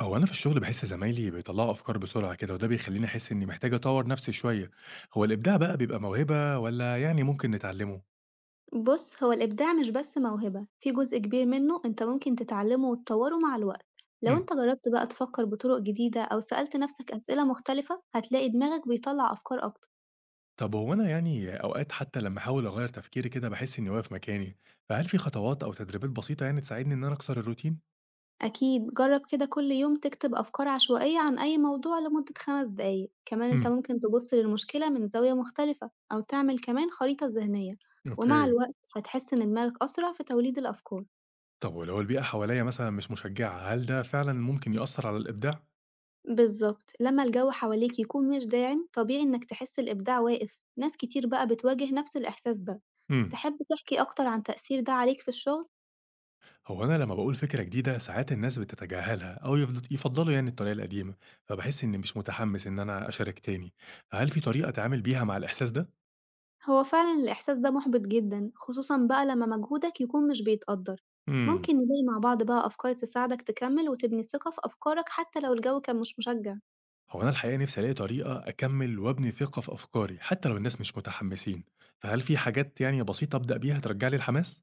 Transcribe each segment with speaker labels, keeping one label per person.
Speaker 1: هو أنا في الشغل باحس زمايلي بيطلّعوا أفكار بسرعة كده، وده بيخلّيني أحس إني محتاج أطوّر نفسي شوية. هو الإبداع بقى بيبقى موهبة والّا يعني ممكن نتعلمه؟
Speaker 2: بُص، هو الإبداع مش بس موهبة، في جزء كبير منه أنت ممكن تتعلمه وتطوّره مع الوقت، لو
Speaker 1: إمم.
Speaker 2: أنت جرّبت بقى تفكّر بطرق جديدة أو سألت نَفْسك أسئلة مختلفة، هتلاقي دماغك بيطلّع أفكار أكتر،
Speaker 1: طب هو أنا يعني أوقات حتى لمّا أحاول أغيّر تفكيري كده باحس إني واقف مكاني، فهل في خطوات أو تدريبات بسيطة يعني تساعدني إن أنا أكسر الروتين؟
Speaker 2: أكيد جرّب كده كل يوم تكتب أفكار عشوائية عن أي موضوع لمدة 5 دقايق، كمان أنت
Speaker 1: إمم،
Speaker 2: ممكن تبُص للمشكلة من زاوية مختلفة أو تعمل كمان خريطة ذهنية، ومع
Speaker 1: أوكي.
Speaker 2: الوقت هتحس إن دماغك أسرع في توليد الأفكار.
Speaker 1: طب ولو البيئة حواليّا مثلًا مش مشجعة، هل ده فعلًا ممكن يأثّر على الإبداع؟
Speaker 2: بالضبط، لمّا الجو حواليك يكون مش داعم طبيعي إنك تحس الإبداع واقف، ناس كتير بقى بتواجه نفس الإحساس ده،
Speaker 1: إمم.
Speaker 2: تحب تحكي أكتر عن تأثير ده عليك في الشغل؟
Speaker 1: هو أنا لمّا باقول فكرة جديدة، ساعات الناس بتتجاهلها أو يفضّلوا يعني الطريقة القديمة، فباحس إني مش متحمس إن أنا أشارك تاني، فهل في طريقة أتعامل بيها مع الإحساس ده؟
Speaker 2: هو فعلًا الإحساس ده محبط جدًا خصوصًا بقى لمّا مجهودك يكون مش بيتقدر،
Speaker 1: إمم،
Speaker 2: ممكن نلاقي مع بعض بقى أفكار تساعدك تكمل وتبني ثقة في أفكارك حتى لو الجو كان مش مشجع.
Speaker 1: هو أنا الحقيقة نفسي ألاقي طريقة أكمّل وأبني ثقة في أفكاري، حتى لو الناس مش متحمسين، فهل في حاجات يعني بسيطة أبدأ بيها ترجّع لي الحماس؟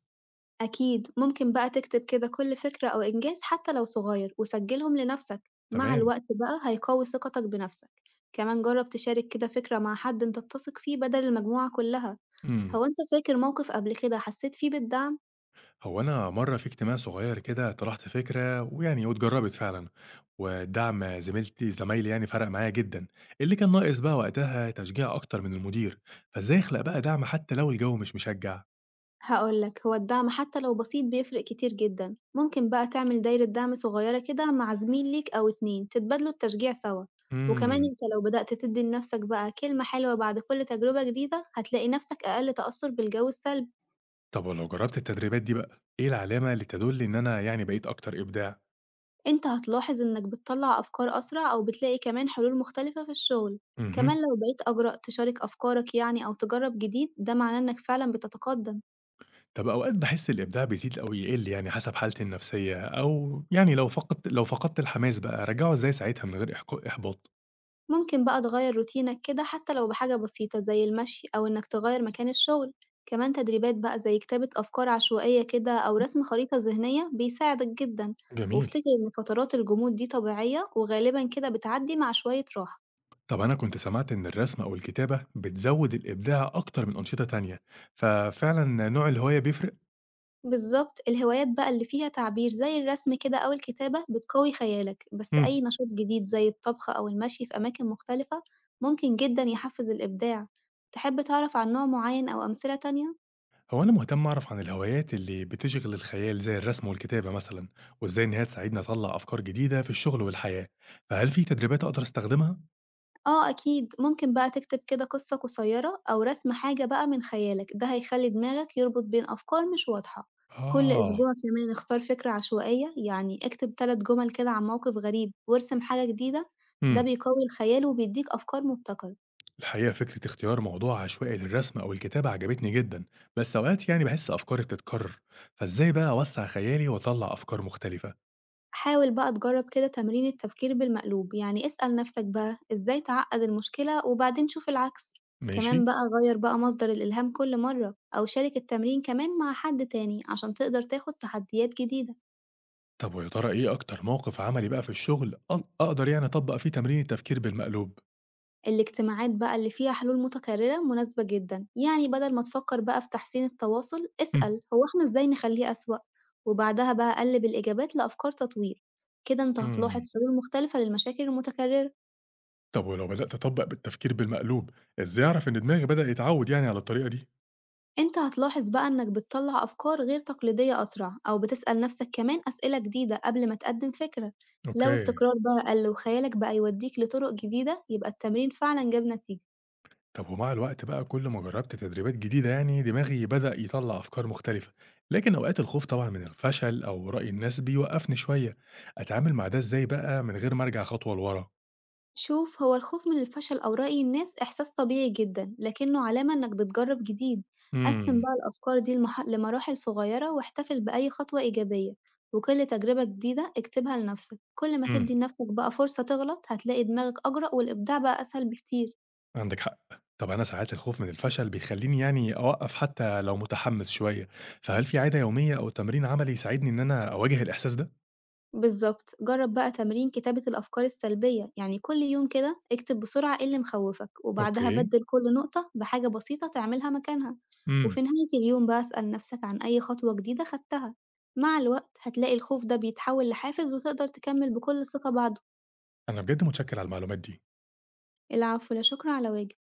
Speaker 2: أكيد ممكن بقى تكتب كده كل فكرة أو إنجاز حتى لو صغير وسجلهم لنفسك مع
Speaker 1: تمام،
Speaker 2: الوقت بقى هيقوي ثقتك بنفسك، كمان جرب تشارك كده فكرة مع حد أنت بتثق فيه بدل المجموعة كلها.
Speaker 1: إمم.
Speaker 2: هو أنت فاكر موقف قبل كده حسيت فيه بالدعم؟
Speaker 1: هو أنا مرة في اجتماع صغير كده طرحت فكرة ويعني واتجربت فعلا ودعم زمايلي يعني فرق معايا جدا، اللي كان ناقص بقى وقتها تشجيع أكتر من المدير، فإزاي أخلق بقى دعم حتى لو الجو مش مشجع؟
Speaker 2: هقولك، هو الدعم حتى لو بسيط بيفرق كتير جدا، ممكن بقى تعمل دايرة دعم صغيرة كده مع زميل ليك أو اتنين تتبادلوا التشجيع سوا، وكمان
Speaker 1: مم.
Speaker 2: انت لو بدأت تدي لنفسك بقى كلمة حلوة بعد كل تجربة جديدة هتلاقي نفسك أقل تأثر بالجو السلبي.
Speaker 1: طب ولو جربت التدريبات دي بقى إيه العلامة اللي تدل إن أنا يعني بقيت أكتر إبداع؟
Speaker 2: أنت هتلاحظ إنك بتطلّع أفكار أسرع أو بتلاقي كمان حلول مختلفة في الشغل، كمان
Speaker 1: مهم.
Speaker 2: لو بقيت أجرأ تشارك أفكارك يعني أو تجرّب جديد ده معناه إنك فعلًا بتتقدم،
Speaker 1: طب أوقات بحس الإبداع بيزيد أو يقل يعني حسب حالتي النفسية أو يعني لو فقدت الحماس بقى أرجعه إزاي ساعتها من غير إحباط؟
Speaker 2: ممكن بقى تغيّر روتينك كده حتى لو بحاجة بسيطة زي المشي أو إنك تغيّر مكان الشغل، كمان تدريبات بقى زي كتابة أفكار عشوائية كده أو رسم خريطة ذهنية بيساعدك جدًا،
Speaker 1: جميل.
Speaker 2: وافتكر إن فترات الجمود دي طبيعية وغالبًا كده بتعدّي مع شوية راحة.
Speaker 1: طب أنا كنت سمعت إن الرسم أو الكتابة بتزود الإبداع أكتر من أنشطة تانية، ففعلا نوع الهواية بيفرق؟
Speaker 2: بالضبط، الهوايات بقى اللي فيها تعبير زي الرسم كده أو الكتابة بتقوي خيالك، بس
Speaker 1: مم.
Speaker 2: أي نشاط جديد زي الطبخ أو المشي في أماكن مختلفة ممكن جدًا يحفّز الإبداع، تحب تعرف عن نوع معين أو أمثلة تانية؟
Speaker 1: هو أنا مهتم أعرف عن الهوايات اللي بتشغل الخيال زي الرسم والكتابة مثلا، وإزاي إن هي تساعدني أطلع أفكار جديدة في الشغل والحياة، فهل في تدريبات أقدر أستخدمها؟
Speaker 2: آه أكيد، ممكن بقى تكتب كده قصة قصيرة أو رسم حاجة بقى من خيالك، ده هيخلّي دماغك يربط بين أفكار مش واضحة، كل
Speaker 1: آه،
Speaker 2: أسبوع كمان اختار فكرة عشوائية، يعني اكتب 3 جمل كده عن موقف غريب وارسم حاجة جديدة، ده
Speaker 1: مم.
Speaker 2: بيقوي الخيال وبيدّيك أفكار مبتكرة.
Speaker 1: الحقيقة فكرة اختيار موضوع عشوائي للرسم أو الكتابة عجبتني جدا، بس أوقات يعني بحس أفكاري بتتكرر، فإزاي بقى أوسع خيالي وأطلع أفكار مختلفة؟
Speaker 2: حاول بقى تجرب كده تمرين التفكير بالمقلوب، يعني اسأل نفسك بقى إزاي تعقد المشكلة وبعدين شوف العكس، كمان
Speaker 1: ماشي؟
Speaker 2: بقى غير بقى مصدر الإلهام كل مرة أو شارك التمرين كمان مع حد تاني عشان تقدر تاخد تحديات جديدة،
Speaker 1: طب ويا ترى إيه أكتر موقف عملي بقى في الشغل أقدر يعني أطبّق فيه تمرين التفكير بالمقلوب؟
Speaker 2: الاجتماعات بقى اللي فيها حلول متكررة مناسبة جدا، يعني بدل ما تفكر بقى في تحسين التواصل
Speaker 1: إمم،
Speaker 2: اسأل هو احنا إزاي نخليه أسوأ، وبعدها بقى قلب الإجابات لأفكار تطوير، كده انت هتلاحظ
Speaker 1: إمم.
Speaker 2: حلول مختلفة للمشاكل المتكررة.
Speaker 1: طب ولو بدأت أطبّق بالتفكير بالمقلوب، إزاي أعرف إن دماغي بدأ يتعوّد يعني على الطريقة دي؟
Speaker 2: أنت هتلاحظ بقى إنك بتطلع أفكار غير تقليدية أسرع أو بتسأل نفسك كمان أسئلة جديدة قبل ما تقدم فكرة، لو
Speaker 1: أوكي.
Speaker 2: التكرار بقى قل وخيالك بقى يوديك لطرق جديدة يبقى التمرين فعلا جاب نتيجة،
Speaker 1: طب ومع الوقت بقى كل ما جرّبت تدريبات جديدة يعني دماغي بدأ يطلّع أفكار مختلفة، لكن أوقات الخوف طبعًا من الفشل أو رأي الناس بيوقّفني شوية، أتعامل مع ده إزاي بقى من غير ما أرجع خطوة لورا؟
Speaker 2: شوف هو الخوف من الفشل أو رأي الناس إحساس طبيعي جدا لكنه علامة إنك بتجرب جديد، قسم
Speaker 1: إمم،
Speaker 2: بقى الأفكار دي لمراحل صغيرة واحتفل بأي خطوة إيجابية، وكل تجربة جديدة اكتبها لنفسك، كل ما تدي
Speaker 1: إمم.
Speaker 2: لنفسك بقى فرصة تغلط هتلاقي دماغك أجرأ والإبداع بقى أسهل بكتير.
Speaker 1: عندِك حق. طب أنا ساعات الخوف من الفشل بيخلّيني يعني أوقّف حتى لو متحمّس شوية، فهل في عادة يومية أو تمرين عملي يساعدني إن أنا أواجه الإحساس ده؟
Speaker 2: بالضبط. جرّب بقى تمرين كتابة الأفكار السلبية، يعني كل يوم كده اكتب بسرعة إيه اللي مخوّفك، وبعدها
Speaker 1: أوكي،
Speaker 2: بَدِّل كل نقطة بحاجة بسيطة تعملها مكانها، وفي
Speaker 1: إمم.
Speaker 2: نهاية اليوم بقى اسأل نفسك عن أي خطوة جديدة خدتها. مع الوقت هتلاقي الخوف ده بيتحول لحافز وتقدر تكمّل بكل ثقة بعده.
Speaker 1: أنا بجد متشكّر على المعلومات دي.
Speaker 2: العفو، لا شكر على واجب.